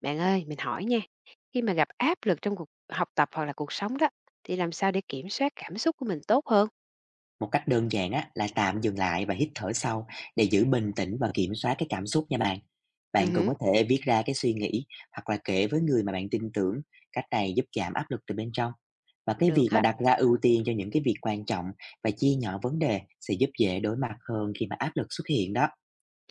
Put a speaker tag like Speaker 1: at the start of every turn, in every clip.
Speaker 1: Bạn ơi, mình hỏi nha, khi mà gặp áp lực trong cuộc học tập hoặc là cuộc sống đó, thì làm sao để kiểm soát cảm xúc của mình tốt hơn?
Speaker 2: Một cách đơn giản á, là tạm dừng lại và hít thở sâu để giữ bình tĩnh và kiểm soát cái cảm xúc nha bạn.
Speaker 1: Ừ,
Speaker 2: Bạn cũng có
Speaker 1: hử,
Speaker 2: thể viết ra cái suy nghĩ hoặc là kể với người mà bạn tin tưởng. Cách này giúp giảm áp lực từ bên trong. Và cái
Speaker 1: được
Speaker 2: việc mà
Speaker 1: á,
Speaker 2: đặt ra ưu tiên cho những cái việc quan trọng và chia nhỏ vấn đề sẽ giúp dễ đối mặt hơn khi mà áp lực xuất hiện đó.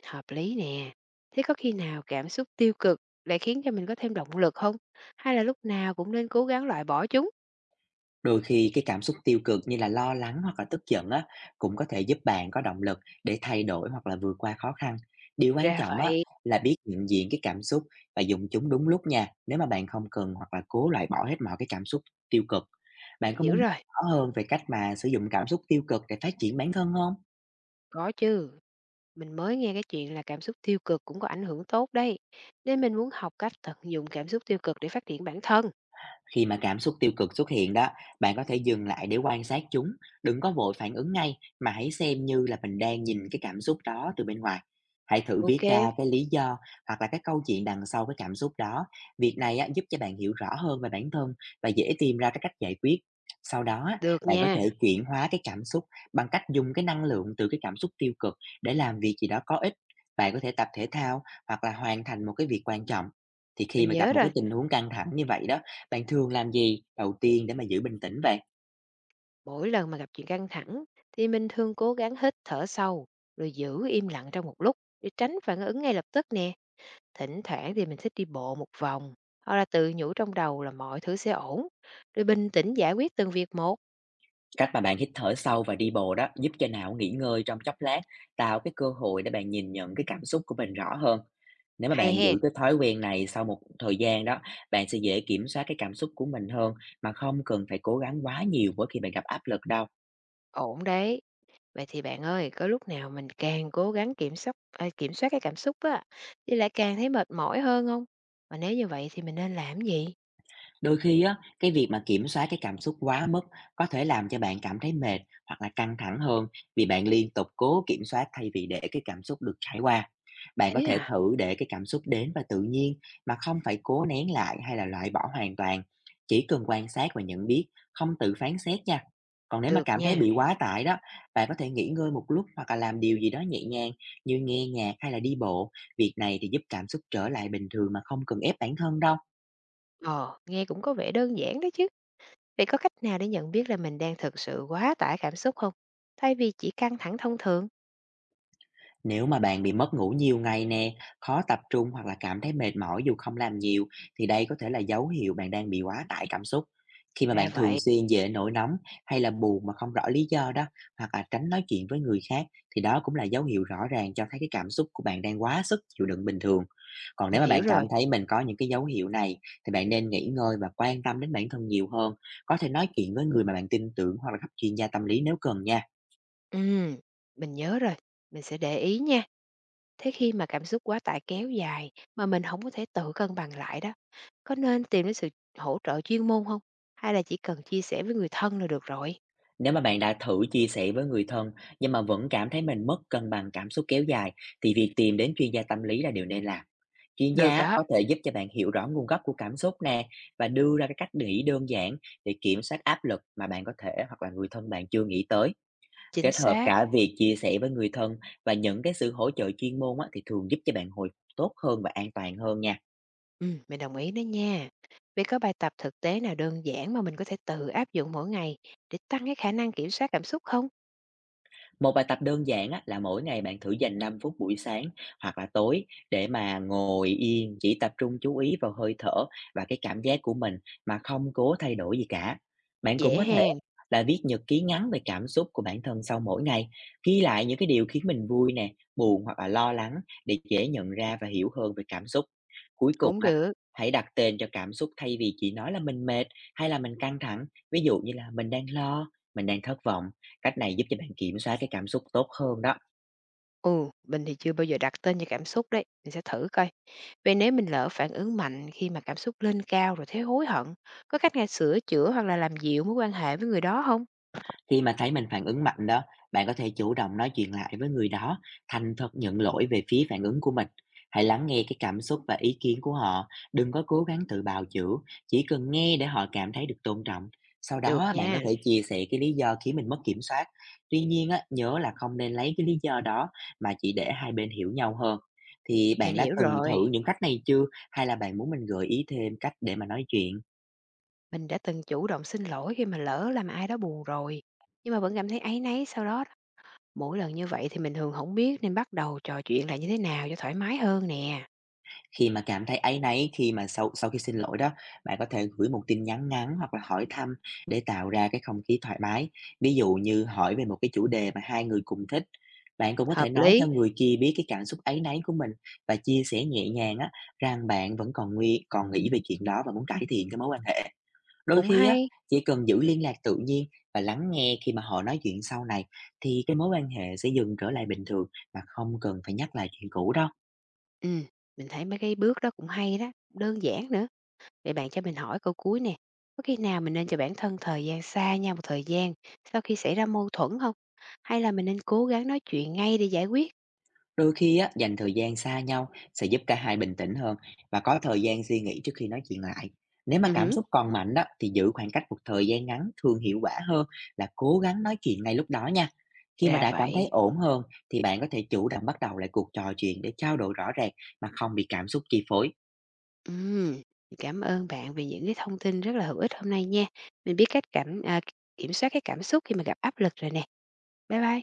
Speaker 1: hợp lý nè. Thế có khi nào cảm xúc tiêu cực lại khiến cho mình có thêm động lực không? Hay là lúc nào cũng nên cố gắng loại bỏ chúng?
Speaker 2: Đôi khi cái cảm xúc tiêu cực như là lo lắng hoặc là tức giận á cũng có thể giúp bạn có động lực để thay đổi hoặc là vượt qua khó khăn. Điều quan
Speaker 1: Ra
Speaker 2: trọng á
Speaker 1: vậy,
Speaker 2: là biết nhận diện cái cảm xúc và dùng chúng đúng lúc nha, nếu mà bạn không cần hoặc là cố loại bỏ hết mọi cái cảm xúc tiêu cực. Bạn có
Speaker 1: hiểu
Speaker 2: muốn biết
Speaker 1: rồi,
Speaker 2: rõ hơn về cách mà sử dụng cảm xúc tiêu cực để phát triển bản thân không?
Speaker 1: có chứ. Mình mới nghe cái chuyện là cảm xúc tiêu cực cũng có ảnh hưởng tốt đấy. Nên mình muốn học cách tận dụng cảm xúc tiêu cực để phát triển bản thân.
Speaker 2: Khi mà cảm xúc tiêu cực xuất hiện đó, bạn có thể dừng lại để quan sát chúng, đừng có vội phản ứng ngay mà hãy xem như là mình đang nhìn cái cảm xúc đó từ bên ngoài. Hãy thử viết ra
Speaker 1: Ok,
Speaker 2: cái lý do hoặc là cái câu chuyện đằng sau cái cảm xúc đó. Việc này á, giúp cho bạn hiểu rõ hơn về bản thân và dễ tìm ra cái cách giải quyết. Sau đó, á,
Speaker 1: được
Speaker 2: bạn có
Speaker 1: nha,
Speaker 2: thể chuyển hóa cái cảm xúc bằng cách dùng cái năng lượng từ cái cảm xúc tiêu cực để làm việc gì đó có ích. Bạn có thể tập thể thao hoặc là hoàn thành một cái việc quan trọng. Thì khi
Speaker 1: mình
Speaker 2: mà gặp
Speaker 1: nhớ
Speaker 2: một cái
Speaker 1: rồi.
Speaker 2: tình huống căng thẳng như vậy đó, bạn thường làm gì đầu tiên để mà giữ bình tĩnh vậy?
Speaker 1: Mỗi lần mà gặp chuyện căng thẳng thì mình thường cố gắng hít thở sâu rồi giữ im lặng trong một lúc để tránh phản ứng ngay lập tức nè. Thỉnh thoảng thì mình thích đi bộ một vòng hoặc là tự nhủ trong đầu là mọi thứ sẽ ổn rồi bình tĩnh giải quyết từng việc một.
Speaker 2: Cách mà bạn hít thở sâu và đi bộ đó giúp cho não nghỉ ngơi trong chốc lát, tạo cái cơ hội để bạn nhìn nhận cái cảm xúc của mình rõ hơn. Nếu mà
Speaker 1: Hay
Speaker 2: bạn giữ
Speaker 1: hen,
Speaker 2: cái thói quen này sau một thời gian đó, bạn sẽ dễ kiểm soát cái cảm xúc của mình hơn mà không cần phải cố gắng quá nhiều mỗi khi bạn gặp áp lực đâu.
Speaker 1: ổn đấy. Vậy thì bạn ơi, có lúc nào mình càng cố gắng kiểm soát cái cảm xúc á thì lại càng thấy mệt mỏi hơn không? Mà nếu như vậy thì mình nên làm gì?
Speaker 2: Đôi khi á, cái việc mà kiểm soát cái cảm xúc quá mức có thể làm cho bạn cảm thấy mệt hoặc là căng thẳng hơn vì bạn liên tục cố kiểm soát thay vì để cái cảm xúc được trải qua. Bạn có
Speaker 1: Thế
Speaker 2: thể
Speaker 1: à?
Speaker 2: thử để cái cảm xúc đến và tự nhiên mà không phải cố nén lại hay là loại bỏ hoàn toàn. Chỉ cần quan sát và nhận biết, không tự phán xét nha. Còn nếu mà
Speaker 1: Được
Speaker 2: cảm thấy
Speaker 1: nha.
Speaker 2: bị quá tải đó, bạn có thể nghỉ ngơi một lúc hoặc là làm điều gì đó nhẹ nhàng như nghe nhạc hay là đi bộ. Việc này thì giúp cảm xúc trở lại bình thường mà không cần ép bản thân đâu.
Speaker 1: Ờ, nghe cũng có vẻ đơn giản đấy chứ. Vậy có cách nào để nhận biết là mình đang thực sự quá tải cảm xúc không? Thay vì chỉ căng thẳng thông thường.
Speaker 2: Nếu mà bạn bị mất ngủ nhiều ngày nè, khó tập trung hoặc là cảm thấy mệt mỏi dù không làm nhiều thì đây có thể là dấu hiệu bạn đang bị quá tải cảm xúc. Khi mà
Speaker 1: Ra
Speaker 2: bạn thường
Speaker 1: vậy,
Speaker 2: xuyên dễ nổi nóng hay là buồn mà không rõ lý do đó hoặc là tránh nói chuyện với người khác thì đó cũng là dấu hiệu rõ ràng cho thấy cái cảm xúc của bạn đang quá sức chịu đựng bình thường. Còn nếu
Speaker 1: mình
Speaker 2: mà
Speaker 1: hiểu
Speaker 2: bạn cảm
Speaker 1: rồi.
Speaker 2: thấy mình có những cái dấu hiệu này thì bạn nên nghỉ ngơi và quan tâm đến bản thân nhiều hơn. Có thể nói chuyện với người mà bạn tin tưởng hoặc là gặp chuyên gia tâm lý nếu cần nha.
Speaker 1: Ừm, mình nhớ rồi. Mình sẽ để ý nha. Thế khi mà cảm xúc quá tải kéo dài mà mình không có thể tự cân bằng lại đó, có nên tìm đến sự hỗ trợ chuyên môn không? Hay là chỉ cần chia sẻ với người thân là được rồi?
Speaker 2: Nếu mà bạn đã thử chia sẻ với người thân nhưng mà vẫn cảm thấy mình mất cân bằng cảm xúc kéo dài thì việc tìm đến chuyên gia tâm lý là điều nên làm. Chuyên
Speaker 1: Được
Speaker 2: gia á,
Speaker 1: đó,
Speaker 2: có thể giúp cho bạn hiểu rõ nguồn gốc của cảm xúc nè và đưa ra cái cách nghĩ đơn giản để kiểm soát áp lực mà bạn có thể hoặc là người thân bạn chưa nghĩ tới.
Speaker 1: chính
Speaker 2: Kết hợp
Speaker 1: xác.
Speaker 2: cả việc chia sẻ với người thân và những cái sự hỗ trợ chuyên môn á, thì thường giúp cho bạn hồi phục tốt hơn và an toàn hơn nha.
Speaker 1: Ừ, mình đồng ý đó nha. Vậy có bài tập thực tế nào đơn giản mà mình có thể tự áp dụng mỗi ngày để tăng cái khả năng kiểm soát cảm xúc không?
Speaker 2: Một bài tập đơn giản á, là mỗi ngày bạn thử dành 5 phút buổi sáng hoặc là tối để mà ngồi yên, chỉ tập trung chú ý vào hơi thở và cái cảm giác của mình mà không cố thay đổi gì cả. Bạn cũng
Speaker 1: Dễ
Speaker 2: có thể
Speaker 1: hèn.
Speaker 2: là viết nhật ký ngắn về cảm xúc của bản thân sau mỗi ngày, ghi lại những cái điều khiến mình vui nè, buồn hoặc là lo lắng để dễ nhận ra và hiểu hơn về cảm xúc. Cuối cùng
Speaker 1: Cũng
Speaker 2: á,
Speaker 1: được.
Speaker 2: hãy đặt tên cho cảm xúc thay vì chỉ nói là mình mệt hay là mình căng thẳng, ví dụ như là mình đang lo, mình đang thất vọng. Cách này giúp cho bạn kiểm soát cái cảm xúc tốt hơn đó.
Speaker 1: Ừ, mình thì chưa bao giờ đặt tên cho cảm xúc đấy, mình sẽ thử coi. Vậy nếu mình lỡ phản ứng mạnh khi mà cảm xúc lên cao rồi thấy hối hận, có cách nào sửa chữa hoặc là làm dịu mối quan hệ với người đó không?
Speaker 2: Khi mà thấy mình phản ứng mạnh đó, bạn có thể chủ động nói chuyện lại với người đó, thành thật nhận lỗi về phía phản ứng của mình. Hãy lắng nghe cái cảm xúc và ý kiến của họ, đừng có cố gắng tự bào chữa, chỉ cần nghe để họ cảm thấy được tôn trọng. Sau
Speaker 1: Được
Speaker 2: đó bạn có
Speaker 1: nha,
Speaker 2: thể chia sẻ cái lý do khiến mình mất kiểm soát. Tuy nhiên á, nhớ là không nên lấy cái lý do đó mà chỉ để hai bên hiểu nhau hơn. Thì bạn
Speaker 1: mình
Speaker 2: đã
Speaker 1: hiểu
Speaker 2: từng thử
Speaker 1: rồi.
Speaker 2: những cách này chưa? Hay là bạn muốn mình gợi ý thêm cách để mà nói chuyện?
Speaker 1: Mình đã từng chủ động xin lỗi khi mà lỡ làm ai đó buồn rồi, nhưng mà vẫn cảm thấy áy náy sau đó. Mỗi lần như vậy thì mình thường không biết nên bắt đầu trò chuyện lại như thế nào cho thoải mái hơn nè.
Speaker 2: Khi mà cảm thấy áy náy, khi mà sau sau khi xin lỗi đó, bạn có thể gửi một tin nhắn ngắn hoặc là hỏi thăm để tạo ra cái không khí thoải mái. Ví dụ như hỏi về một cái chủ đề mà hai người cùng thích. Bạn cũng có thể
Speaker 1: Hợp
Speaker 2: nói cho
Speaker 1: lý,
Speaker 2: người kia biết cái cảm xúc áy náy của mình và chia sẻ nhẹ nhàng á rằng bạn vẫn còn nghĩ về chuyện đó và muốn cải thiện cái mối quan hệ. Đôi
Speaker 1: cũng
Speaker 2: khi á,
Speaker 1: hay.
Speaker 2: chỉ cần giữ liên lạc tự nhiên và lắng nghe khi mà họ nói chuyện sau này thì cái mối quan hệ sẽ dần trở lại bình thường mà không cần phải nhắc lại chuyện cũ đâu.
Speaker 1: Ừ, mình thấy mấy cái bước đó cũng hay đó, đơn giản nữa. Vậy bạn cho mình hỏi câu cuối nè, có khi nào mình nên cho bản thân thời gian xa nhau một thời gian sau khi xảy ra mâu thuẫn không? Hay là mình nên cố gắng nói chuyện ngay để giải quyết?
Speaker 2: Đôi khi á, dành thời gian xa nhau sẽ giúp cả hai bình tĩnh hơn và có thời gian suy nghĩ trước khi nói chuyện lại. Nếu mà cảm
Speaker 1: Hứm,
Speaker 2: xúc còn mạnh đó thì giữ khoảng cách một thời gian ngắn thường hiệu quả hơn là cố gắng nói chuyện ngay lúc đó nha. Khi mà
Speaker 1: ra
Speaker 2: đã cảm thấy
Speaker 1: vậy.
Speaker 2: ổn hơn thì bạn có thể chủ động bắt đầu lại cuộc trò chuyện để trao đổi rõ ràng mà không bị cảm xúc chi phối.
Speaker 1: Ừm, cảm ơn bạn vì những cái thông tin rất là hữu ích hôm nay nha. Mình biết kiểm soát cái cảm xúc khi mà gặp áp lực rồi nè. Bye bye.